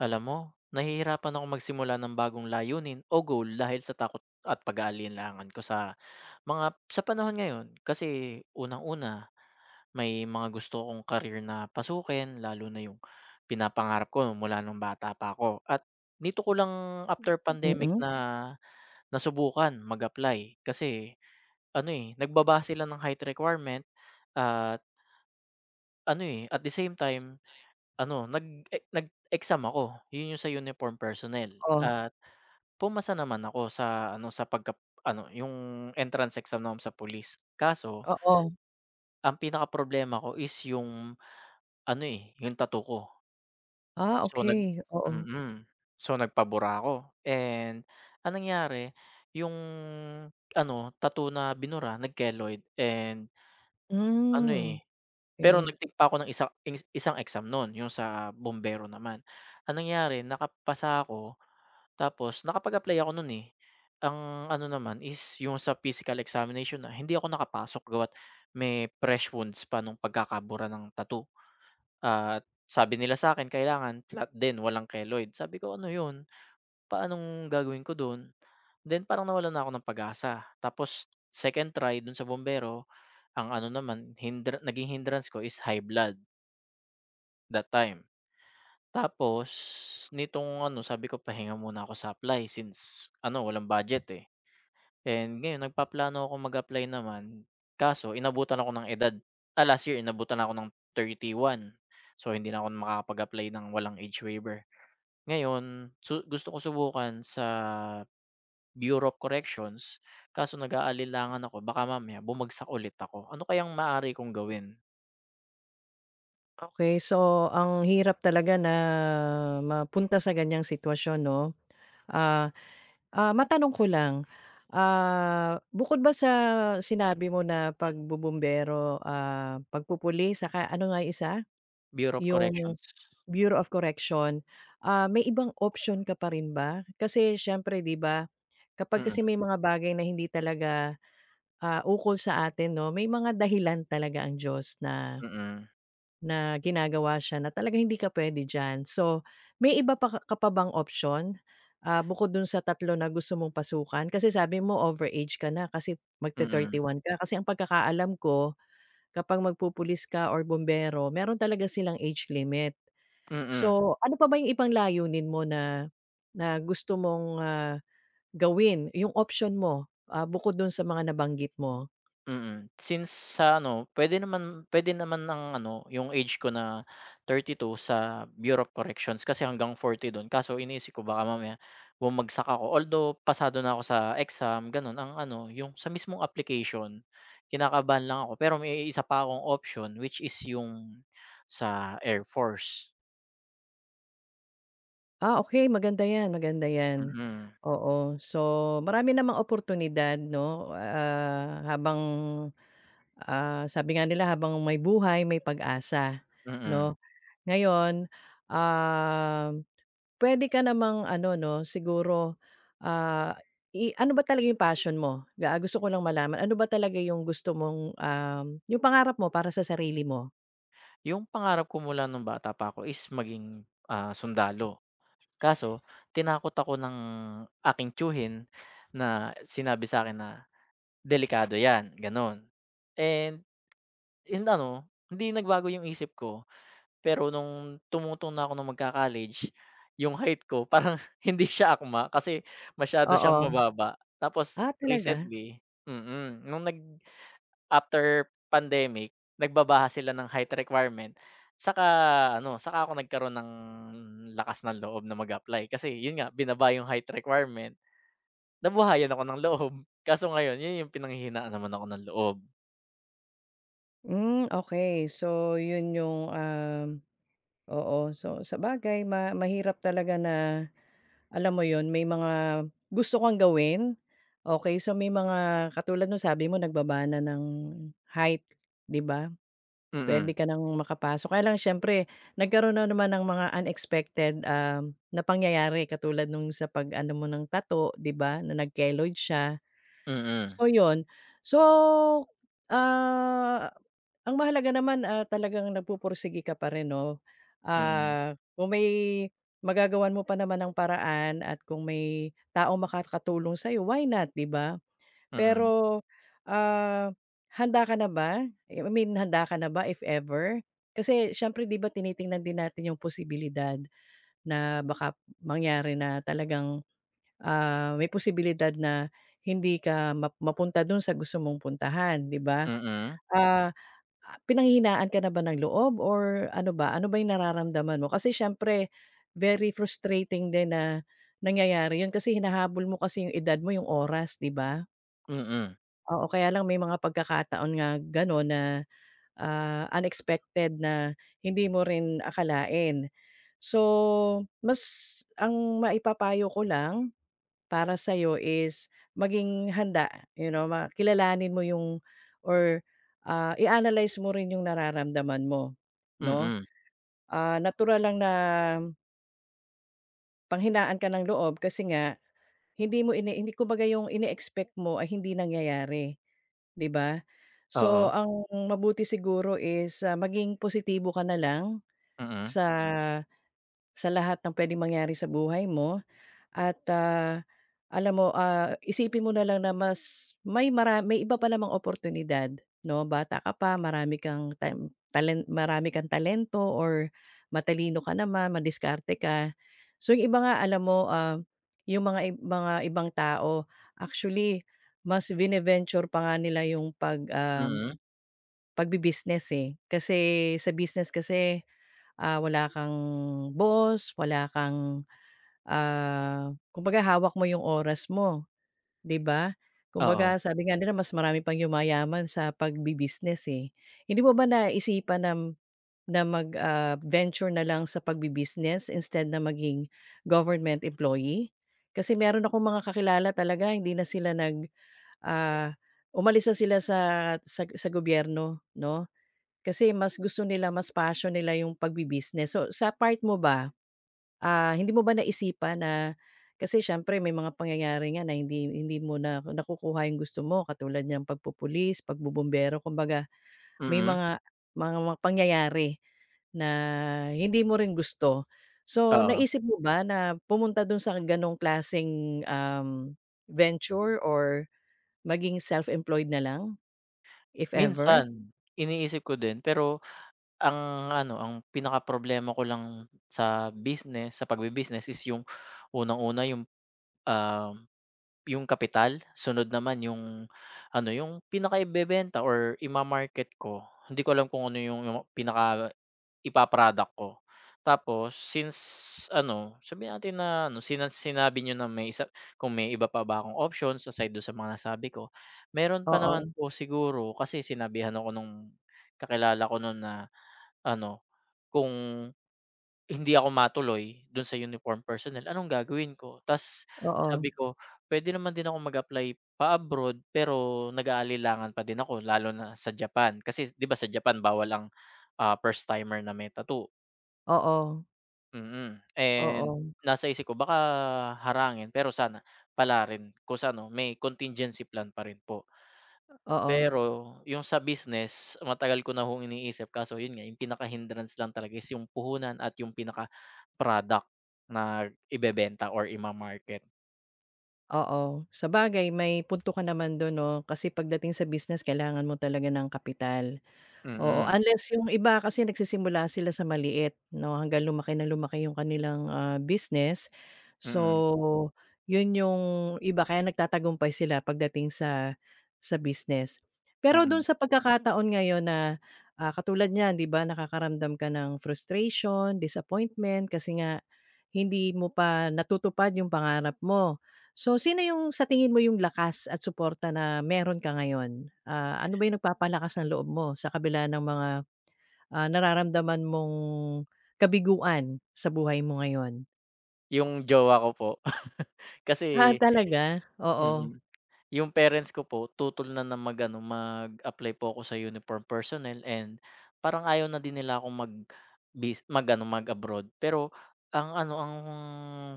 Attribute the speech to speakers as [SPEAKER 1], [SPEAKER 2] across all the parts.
[SPEAKER 1] Alam mo, nahihirapan akong magsimula ng bagong layunin o goal dahil sa takot at pag-aalinlangan ko sa mga sa panahon ngayon kasi unang-una, may mga gusto kong career na pasukin, lalo na yung pinapangarap ko mula nung bata pa ako, at nito ko lang after pandemic
[SPEAKER 2] Mm.
[SPEAKER 1] na nasubukan mag-apply kasi ano eh nagbaba sila ng height requirement, at ano eh at the same time ano nag-exam ako, yun yung sa uniform personnel.
[SPEAKER 2] Oh.
[SPEAKER 1] Pumasa naman ako sa ano, sa pagka ano, yung entrance exam naman sa police. Kaso
[SPEAKER 2] Oo.
[SPEAKER 1] ang pinakaproblema ko is yung ano, eh, yung tattoo ko.
[SPEAKER 2] Ah,
[SPEAKER 1] So, nag
[SPEAKER 2] okey, oo.
[SPEAKER 1] mm. So, nagpabura ako, and anong nangyari, yung ano, tattoo na binura nag-keloid, and ano, eh,
[SPEAKER 2] Hmm,
[SPEAKER 1] pero
[SPEAKER 2] okey.
[SPEAKER 1] nag-take pa ako ng isang exam noon, yung sa bombero naman. Anong nangyari, nakapasa ako. Tapos nakapag-apply ako nun, eh. Ang ano naman is yung sa physical examination na hindi ako nakapasok gawa't may fresh wounds pa nung pagkakabura ng tattoo. At sabi nila sa akin kailangan flat din, walang keloid. Sabi ko, "Ano yun? Paanong gagawin ko dun?" Then parang nawalan na ako ng pag-asa. Tapos second try dun sa bombero, ang ano naman naging hindrance ko is high blood that time. Tapos nitong ano, sabi ko, "Pahinga muna ako sa apply," since ano, walang budget, eh. And ngayon nagpaplano ako mag-apply naman, kaso inabutan ako ng edad. Ah, last year inabutan ako ng 31. So hindi na ako makakapag-apply ng walang age waiver. Ngayon gusto ko subukan sa Bureau of Corrections, kaso nag-aalinlangan ako baka mamaya bumagsak ulit ako. Ano kayang maaari kong gawin?
[SPEAKER 2] Okey, so ang hirap talaga na mapunta sa ganiyang sitwasyon 'no? Ah, matanong ko lang, bukod ba sa sinabi mo na pagbobombero, pagpupuli saka ano nga yung isa?
[SPEAKER 1] Bureau of
[SPEAKER 2] Yung
[SPEAKER 1] Corrections.
[SPEAKER 2] Bureau of Correction, may ibang option ka pa rin ba? Kasi siyempre 'di ba, kapag
[SPEAKER 1] Mm,
[SPEAKER 2] kasi may mga bagay na hindi talaga ukol sa atin 'no, may mga dahilan talaga ang Diyos na
[SPEAKER 1] mm,
[SPEAKER 2] na ginagawa siya na talaga hindi ka puwede diyan. So, may iba pa ka ka pa bang option, bukod dun sa tatlo na gusto mong pasukan? Kasi sabi mo overage ka na kasi
[SPEAKER 1] mm,
[SPEAKER 2] magte
[SPEAKER 1] mm.
[SPEAKER 2] one ka. Kasi ang pagkakaalam ko kapag magpupulis ka or bombero meron talaga silang age limit.
[SPEAKER 1] mm.
[SPEAKER 2] So, ano pa ba yung ibang layunin mo na na gusto mong, gawin, yung option mo, bukod dun sa mga nabanggit mo?
[SPEAKER 1] Since sa ano, pwede naman ang ano, yung age ko na 32 sa Bureau of Corrections kasi hanggang 40 dun, kaso iniisip ko baka mamaya bumagsak ako. Although pasado na ako sa exam gano'n, ang ano, yung sa mismong application, kinakabahan lang ako pero may isa pa akong option which is yung sa Air Force.
[SPEAKER 2] Ah, okay, maganda 'yan, maganda 'yan.
[SPEAKER 1] Mm,
[SPEAKER 2] Oo, so marami namang oportunidad 'no, habang, sabi nga nila habang may buhay may pag-asa
[SPEAKER 1] mm.
[SPEAKER 2] 'no. Ngayon, ah puwede ka namang ano 'no, siguro, ah, ano ba talaga yung passion mo? Ah, gusto ko lang malaman, ano ba talaga yung gusto mong, yung pangarap mo para sa sarili mo?
[SPEAKER 1] Yung pangarap ko mula nung bata pa ako is maging, ah, sundalo. Kaso tinakot ako ng aking tiyuhin na sinabi sa'kin na, "Delikado 'yan," gano'n. And in ano, hindi nagbago yung isip ko, pero nung tumutong na ako ng magka-college, yung height ko parang hindi siya akma kasi masyado siyang
[SPEAKER 2] Oo.
[SPEAKER 1] mababa. Tapos
[SPEAKER 2] Ah, talaga?
[SPEAKER 1] recently, mm, nung nag After pandemic, nagbabaha sila ng height requirement, saka ano, saka ako nagkaroon ng lakas ng loob na mag-apply, kasi yun nga binaba yung height requirement, nabuhayan ako ng loob. Kaso ngayon yun yung pinanghihinaan naman ako ng loob.
[SPEAKER 2] Hmm, okay. So yun yung, oo. So, sabagay mahirap talaga na alam mo yon may mga gusto kang gawin, okay. So, may mga katulad nung sabi mo nagbaba na ng height, 'di ba?
[SPEAKER 1] Mm,
[SPEAKER 2] Puwede ka nang makapasok. Kaya lang siyempre nagkaroon na naman ng mga unexpected, na pangyayari katulad nung sa pag-ano mo ng tato 'di ba, na nag-keloid siya.
[SPEAKER 1] mm, mm,
[SPEAKER 2] So yon. So, ah ang mahalaga naman, talagang nagpupursigi ka pa rin 'no.
[SPEAKER 1] mm,
[SPEAKER 2] Ah, kung may magagawan mo pa naman ng paraan at kung may tao makakatulong sa'yo, why not, 'di ba?
[SPEAKER 1] mm,
[SPEAKER 2] Pero, ah, handa ka na ba? I mean, handa ka na ba if ever? Kasi siyempre 'di ba tinitingnan din natin yung posibilidad na baka mangyari na talagang, may posibilidad na hindi ka mapunta dun sa gusto mong puntahan, 'di ba? Ah Ah, pinanghihinaan ka na ba ng loob or ano ba yung nararamdaman mo? Kasi siyempre very frustrating din na nangyayari yun kasi hinahabol mo kasi yung edad mo, yung oras, 'di ba?
[SPEAKER 1] mm,
[SPEAKER 2] Oo, kaya lang may mga pagkakataon nga gano'n na, unexpected na hindi mo rin akalain. So, mas ang maipapayo ko lang para sa'yo is maging handa, kilalanin mo yung or, i-analyze mo rin yung nararamdaman mo, 'no?
[SPEAKER 1] mm,
[SPEAKER 2] Ah, natural lang na panghinaan ka ng loob kasi nga hindi kumbaga yung ine-expect mo ay hindi nangyayari, 'di ba? So,
[SPEAKER 1] oo,
[SPEAKER 2] ang mabuti siguro is, maging positibo ka na lang
[SPEAKER 1] mm,
[SPEAKER 2] sa sa lahat ng pwedeng mangyari sa buhay mo at, alam mo, isipin mo na lang na mas may may iba pa namang oportunidad 'no, bata ka pa, marami kang time talen marami kang talento or matalino ka naman, madiskarte ka. So, yung iba nga alam mo, yung mga ibang tao actually mas vine-venture pa nga nila yung pag,
[SPEAKER 1] mm,
[SPEAKER 2] pagbi-business, eh. Kasi sa business kasi, wala kang boss, wala kang, kumbaga hawak mo yung oras mo. 'Di ba?
[SPEAKER 1] oo,
[SPEAKER 2] Kumbaga sabi nga nila mas marami pang yumayaman sa pagbi-business, eh. Hindi mo ba naisipan na na mag, venture na lang sa pagbi-business instead na maging government employee? Kasi meron akong mga kakilala talaga hindi na sila nag, ah, umalis na sila sa sa gobyerno 'no, kasi mas gusto nila, mas passion nila yung pagbi-business. So, sa part mo ba. Ah, hindi mo ba naisipan na kasi siyempre may mga pangyayari nga na hindi hindi mo na nakukuha yung gusto mo katulad ng pagpupulis, pagbobombero kumbaga may
[SPEAKER 1] mm,
[SPEAKER 2] mga pangyayari na hindi mo rin gusto. So,
[SPEAKER 1] oo.
[SPEAKER 2] naisip mo ba na pumunta dun sa ganong klaseng, venture or maging self-employed na lang, if ever?
[SPEAKER 1] Minsan iniisip ko din pero ang ano, ang pinaka problema ko lang sa business, sa pagbi-business is yung unang-una yung, ah, yung kapital, sunod naman yung ano, yung pinakaibebenta or ima-market ko. Hindi ko alam kung ano yung pinaka ipa ko. Tapos since ano, sabihin natin na ano, sinabi niyo na may isa, kung may iba pa ba akong options aside dun sa mga nasabi ko. Meron pa naman
[SPEAKER 2] Oo,
[SPEAKER 1] po siguro kasi sinabihan ako nung kakilala ko nun na ano, kung hindi ako matuloy do'n sa uniform personnel, anong gagawin ko? Ta's
[SPEAKER 2] oo,
[SPEAKER 1] sabi ko, puwede naman din akong mag-apply pa-abroad pero nag-aalilangan pa din ako, lalo na sa Japan, kasi 'di ba sa Japan bawal ang, ah, first timer na may tattoo,
[SPEAKER 2] oo,
[SPEAKER 1] mm. And
[SPEAKER 2] oo,
[SPEAKER 1] nasa isip ko baka harangin pero sana pala rin kung sa ano, may contingency plan pa rin po.
[SPEAKER 2] oo.
[SPEAKER 1] Pero yung sa business, matagal ko na hong iniisip, kaso yun nga, yung pinaka-hindrance lang talaga is yung puhunan at yung pinaka-product na ibebenta or ima-market.
[SPEAKER 2] Oo, sabagay may punto ka naman dun 'no, kasi pagdating sa business kailangan mo talaga ng kapital. Oo,
[SPEAKER 1] Mm,
[SPEAKER 2] unless yung iba kasi nagsisimula sila sa maliit 'no, hanggang lumaki na lumaki yung kanilang, business.
[SPEAKER 1] mm,
[SPEAKER 2] So, yun yung iba kaya nagtatagumpay sila pagdating sa business. Pero dun
[SPEAKER 1] mm.
[SPEAKER 2] sa pagkakataon ngayon na, katulad niyan 'di ba nakakaramdam ka ng frustration, disappointment kasi nga hindi mo pa natutupad yung pangarap mo. So, sino yung sa tingin mo yung lakas at suporta na meron ka ngayon? Ah, ano ba yung nagpapalakas ng loob mo sa kabila ng mga, nararamdaman mong kabiguan sa buhay mo ngayon?
[SPEAKER 1] Yung jowa ko po kasi
[SPEAKER 2] Ah, talaga? Oo,
[SPEAKER 1] mm. Yung parents ko po tutol na na mag-ano, mag-apply po ako sa uniform personnel, and parang ayaw na din nila akong mag-abroad. Pero ang ano, ang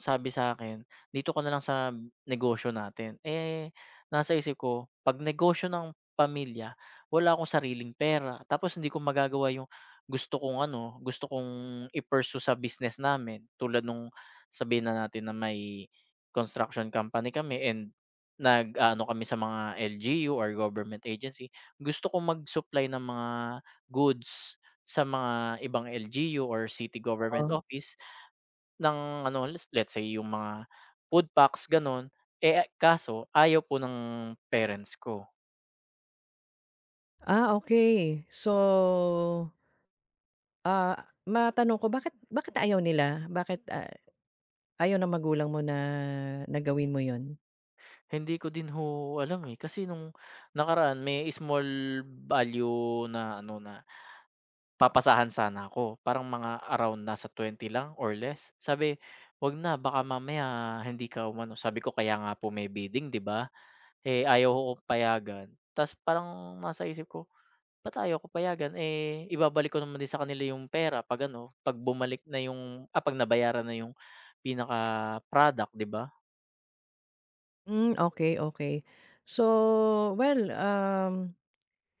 [SPEAKER 1] sabi sa akin, "Dito ka na lang sa negosyo natin." Eh, nasa isip ko 'pag negosyo ng pamilya, wala akong sariling pera tapos hindi ko magagawa yung gusto kong i-pursue sa business namin. Tulad nung sabihin na natin na may construction company kami, and nag-aano kami sa mga LGU or government agency. Gusto kong mag-supply ng mga goods sa mga ibang LGU or city government
[SPEAKER 2] oo.
[SPEAKER 1] office ng ano, let's say yung mga food packs gano'n. Eh, kaso ayaw po ng parents ko.
[SPEAKER 2] Ah, okay. So, matanong ko bakit bakit ayaw nila? Bakit, ayaw ng magulang mo na nagawin mo yon.
[SPEAKER 1] Hindi ko din ho alam, eh, kasi nung nakaraan may small value na ano na papasahan sana ako, parang mga around nasa 20 lang or less. Sabi, "Wag na baka mamaya hindi ka umano." Sabi ko, "Kaya nga po may bidding, 'di ba?" Eh, ayaw ko payagan. Ta's parang nasa isip ko, "Ba't ayaw ko payagan, eh, ibabalik ko naman din sa kanila yung pera 'pag ano, 'pag bumalik na yung ah, 'pag nabayaran na yung pinaka-product, 'di ba?"
[SPEAKER 2] Hmm, okay, okay. So, well,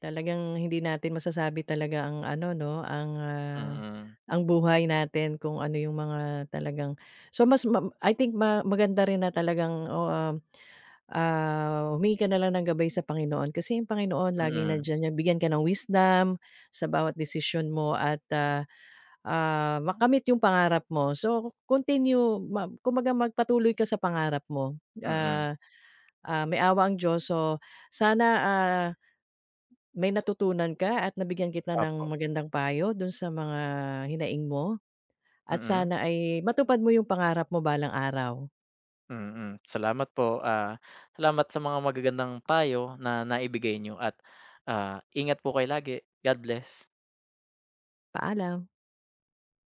[SPEAKER 2] talagang hindi natin masasabi talaga ang ano 'no, ang,
[SPEAKER 1] Mm,
[SPEAKER 2] ang buhay natin kung ano yung mga talagang so mas I think maganda rin na talagang o, humingi ka na lang ng gabay sa Panginoon kasi yung Panginoon laging
[SPEAKER 1] mm,
[SPEAKER 2] nandiyan niya, bigyan ka ng wisdom sa bawat desisyon mo at, makamit yung pangarap mo. So continue kumbaga magpatuloy ka sa pangarap mo.
[SPEAKER 1] mm,
[SPEAKER 2] Ah, may awa ang Diyos so sana, may natutunan ka at nabigyan kita ng
[SPEAKER 1] opo,
[SPEAKER 2] magandang payo dun sa mga hinaing mo at
[SPEAKER 1] mm.
[SPEAKER 2] sana ay matupad mo yung pangarap mo balang araw.
[SPEAKER 1] Mm, salamat po, ah, salamat sa mga magagandang payo na naibigay niyo, at, ah, ingat po kayo lagi. God bless.
[SPEAKER 2] Paalam.